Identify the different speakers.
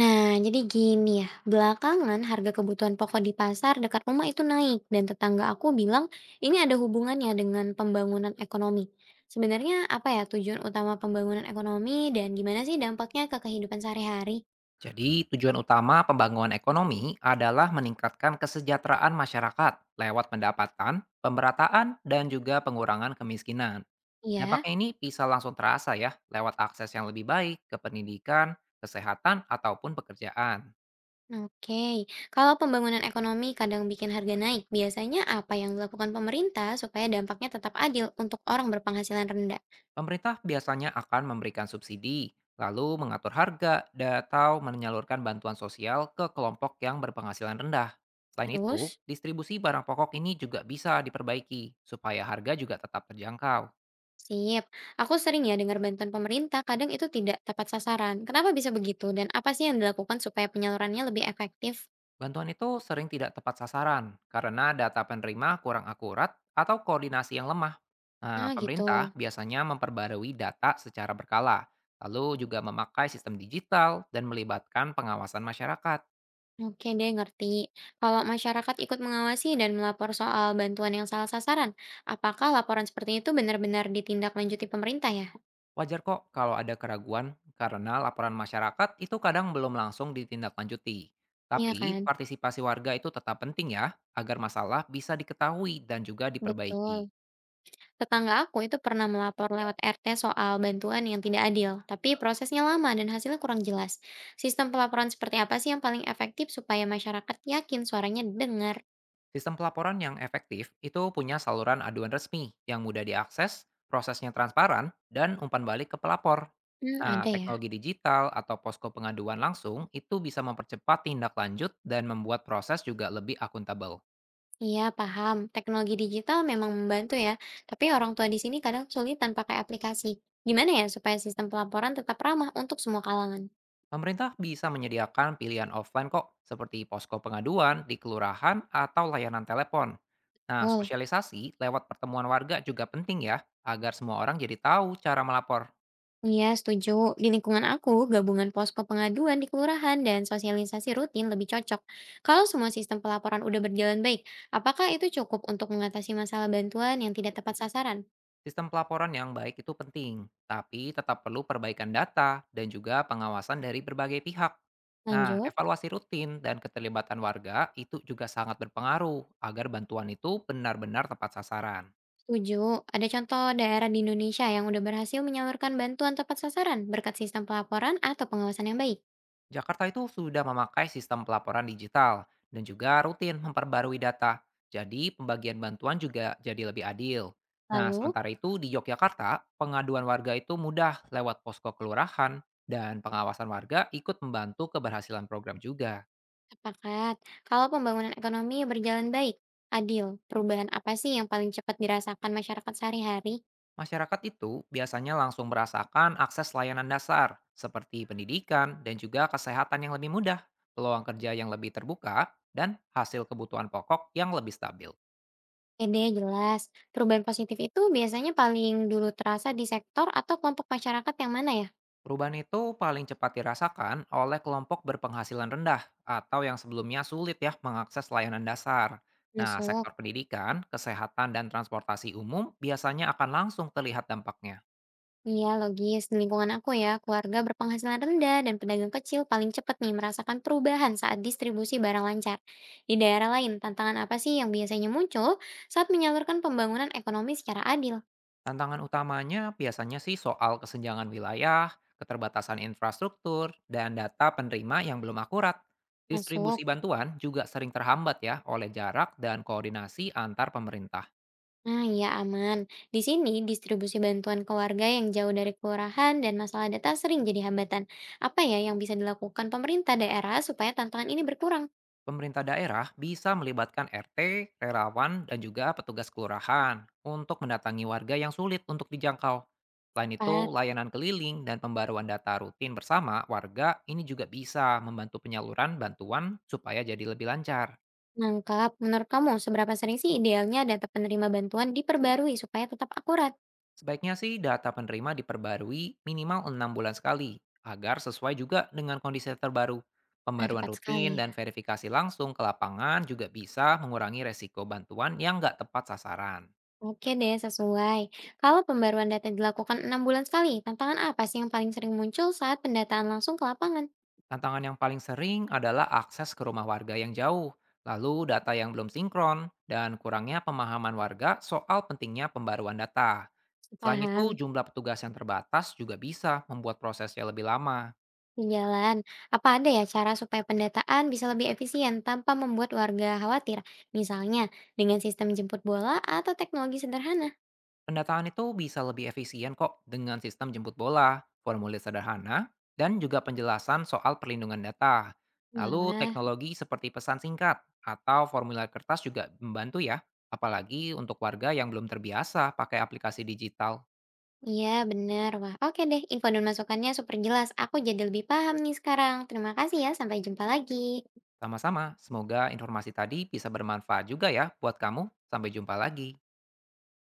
Speaker 1: Nah, jadi gini ya, belakangan harga kebutuhan pokok di pasar dekat rumah itu naik dan tetangga aku bilang ini ada hubungannya dengan pembangunan ekonomi. Sebenarnya apa ya tujuan utama pembangunan ekonomi dan gimana sih dampaknya ke kehidupan sehari-hari?
Speaker 2: Jadi, tujuan utama pembangunan ekonomi adalah meningkatkan kesejahteraan masyarakat lewat pendapatan, pemerataan, dan juga pengurangan kemiskinan.
Speaker 1: Iya,
Speaker 2: Dampaknya ini bisa langsung terasa ya, lewat akses yang lebih baik ke pendidikan, kesehatan, ataupun pekerjaan.
Speaker 1: oke. Kalau pembangunan ekonomi kadang bikin harga naik, biasanya apa yang dilakukan pemerintah supaya dampaknya tetap adil untuk orang berpenghasilan rendah?
Speaker 2: Pemerintah biasanya akan memberikan subsidi, lalu mengatur harga, dan atau menyalurkan bantuan sosial ke kelompok yang berpenghasilan rendah. Selain itu,
Speaker 1: Terus?
Speaker 2: distribusi barang pokok ini juga bisa diperbaiki supaya harga juga tetap terjangkau.
Speaker 1: Sip. Aku sering ya dengar bantuan pemerintah, kadang itu tidak tepat sasaran. Kenapa bisa begitu? Dan apa sih yang dilakukan supaya penyalurannya lebih efektif?
Speaker 2: Bantuan itu sering tidak tepat sasaran karena data penerima kurang akurat atau koordinasi yang lemah. Nah,
Speaker 1: Nah, gitu.
Speaker 2: pemerintah biasanya memperbarui data secara berkala, lalu juga memakai sistem digital dan melibatkan pengawasan masyarakat.
Speaker 1: Oke deh, ngerti. Kalau masyarakat ikut mengawasi dan melapor soal bantuan yang salah sasaran, apakah laporan seperti itu benar-benar ditindaklanjuti pemerintah ya?
Speaker 2: Wajar kok kalau ada keraguan karena laporan masyarakat itu kadang belum langsung ditindaklanjuti.
Speaker 1: Iya
Speaker 2: Tapi
Speaker 1: kan?
Speaker 2: partisipasi warga itu tetap penting ya, agar masalah bisa diketahui dan juga diperbaiki.
Speaker 1: Betul. Tetangga aku itu pernah melapor lewat RT soal bantuan yang tidak adil, tapi prosesnya lama dan hasilnya kurang jelas. Sistem pelaporan seperti apa sih yang paling efektif supaya masyarakat yakin suaranya didengar?
Speaker 2: Sistem pelaporan yang efektif itu punya saluran aduan resmi yang mudah diakses, prosesnya transparan, dan umpan balik ke pelapor.
Speaker 1: Hmm,
Speaker 2: Nah,
Speaker 1: ada ya.
Speaker 2: teknologi digital atau posko pengaduan langsung itu bisa mempercepat tindak lanjut dan membuat proses juga lebih akuntabel.
Speaker 1: Iya, paham. Teknologi digital memang membantu ya, tapi orang tua di sini kadang sulit tanpa pakai aplikasi. Gimana ya supaya sistem pelaporan tetap ramah untuk semua kalangan?
Speaker 2: Pemerintah bisa menyediakan pilihan offline kok, seperti posko pengaduan di kelurahan atau layanan telepon. Nah,
Speaker 1: Betul.
Speaker 2: sosialisasi lewat pertemuan warga juga penting ya, agar semua orang jadi tahu cara melapor.
Speaker 1: Iya, setuju. Di lingkungan aku, gabungan posko pengaduan di kelurahan dan sosialisasi rutin lebih cocok. Kalau semua sistem pelaporan udah berjalan baik, apakah itu cukup untuk mengatasi masalah bantuan yang tidak tepat sasaran?
Speaker 2: Sistem pelaporan yang baik itu penting, tapi tetap perlu perbaikan data dan juga pengawasan dari berbagai pihak. Nah,
Speaker 1: Lanjut.
Speaker 2: evaluasi rutin dan keterlibatan warga itu juga sangat berpengaruh agar bantuan itu benar-benar tepat sasaran.
Speaker 1: Setuju. Ada contoh daerah di Indonesia yang udah berhasil menyalurkan bantuan tepat sasaran berkat sistem pelaporan atau pengawasan yang baik.
Speaker 2: Jakarta itu sudah memakai sistem pelaporan digital dan juga rutin memperbarui data. Jadi pembagian bantuan juga jadi lebih adil. Nah,
Speaker 1: Lalu,
Speaker 2: sementara itu di Yogyakarta, pengaduan warga itu mudah lewat posko kelurahan dan pengawasan warga ikut membantu keberhasilan program juga.
Speaker 1: sepakat. Kalau pembangunan ekonomi berjalan baik, adil, perubahan apa sih yang paling cepat dirasakan masyarakat sehari-hari?
Speaker 2: Masyarakat itu biasanya langsung merasakan akses layanan dasar seperti pendidikan dan juga kesehatan yang lebih mudah, peluang kerja yang lebih terbuka, dan hasil kebutuhan pokok yang lebih stabil.
Speaker 1: Oke deh, jelas. Perubahan positif itu biasanya paling dulu terasa di sektor atau kelompok masyarakat yang mana ya?
Speaker 2: Perubahan itu paling cepat dirasakan oleh kelompok berpenghasilan rendah atau yang sebelumnya sulit ya mengakses layanan dasar. Nah,
Speaker 1: Masuk.
Speaker 2: sektor pendidikan, kesehatan, dan transportasi umum biasanya akan langsung terlihat dampaknya.
Speaker 1: Iya, logis. Di lingkungan aku ya, keluarga berpenghasilan rendah dan pedagang kecil paling cepat nih merasakan perubahan saat distribusi barang lancar. Di daerah lain, tantangan apa sih yang biasanya muncul saat menyalurkan pembangunan ekonomi secara adil?
Speaker 2: Tantangan utamanya biasanya sih soal kesenjangan wilayah, keterbatasan infrastruktur, dan data penerima yang belum akurat. Distribusi
Speaker 1: Masuk.
Speaker 2: bantuan juga sering terhambat ya oleh jarak dan koordinasi antar pemerintah.
Speaker 1: Nah, ya aman. Di sini, distribusi bantuan ke warga yang jauh dari kelurahan dan masalah data sering jadi hambatan. Apa ya yang bisa dilakukan pemerintah daerah supaya tantangan ini berkurang?
Speaker 2: Pemerintah daerah bisa melibatkan RT, relawan, dan juga petugas kelurahan untuk mendatangi warga yang sulit untuk dijangkau. Selain itu,
Speaker 1: Tepat.
Speaker 2: layanan keliling dan pembaruan data rutin bersama warga ini juga bisa membantu penyaluran bantuan supaya jadi lebih lancar.
Speaker 1: Nangkap, menurut kamu seberapa sering sih idealnya data penerima bantuan diperbarui supaya tetap akurat?
Speaker 2: Sebaiknya sih data penerima diperbarui minimal 6 bulan sekali agar sesuai juga dengan kondisi terbaru.
Speaker 1: Nah,
Speaker 2: Pembaruan
Speaker 1: tepat
Speaker 2: rutin
Speaker 1: sekali
Speaker 2: dan
Speaker 1: ya.
Speaker 2: verifikasi langsung ke lapangan juga bisa mengurangi resiko bantuan yang nggak tepat sasaran.
Speaker 1: Oke deh, sesuai. Kalau pembaruan data dilakukan enam bulan sekali, tantangan apa sih yang paling sering muncul saat pendataan langsung ke lapangan?
Speaker 2: Tantangan yang paling sering adalah akses ke rumah warga yang jauh, lalu data yang belum sinkron, dan kurangnya pemahaman warga soal pentingnya pembaruan data. Selain itu,
Speaker 1: Paham.
Speaker 2: jumlah petugas yang terbatas juga bisa membuat prosesnya lebih lama.
Speaker 1: Di jalan, apa ada ya cara supaya pendataan bisa lebih efisien tanpa membuat warga khawatir? Misalnya dengan sistem jemput bola atau teknologi sederhana?
Speaker 2: Pendataan itu bisa lebih efisien kok dengan sistem jemput bola, formulir sederhana, dan juga penjelasan soal perlindungan data. Lalu
Speaker 1: Walah,
Speaker 2: teknologi seperti pesan singkat atau formulir kertas juga membantu ya, apalagi untuk warga yang belum terbiasa pakai aplikasi digital.
Speaker 1: iya bener. Wah, oke deh. Info dan masukannya super jelas. Aku jadi lebih paham nih sekarang. Terima kasih ya. Sampai jumpa lagi.
Speaker 2: Sama-sama, semoga informasi tadi bisa bermanfaat juga ya buat kamu. Sampai jumpa lagi.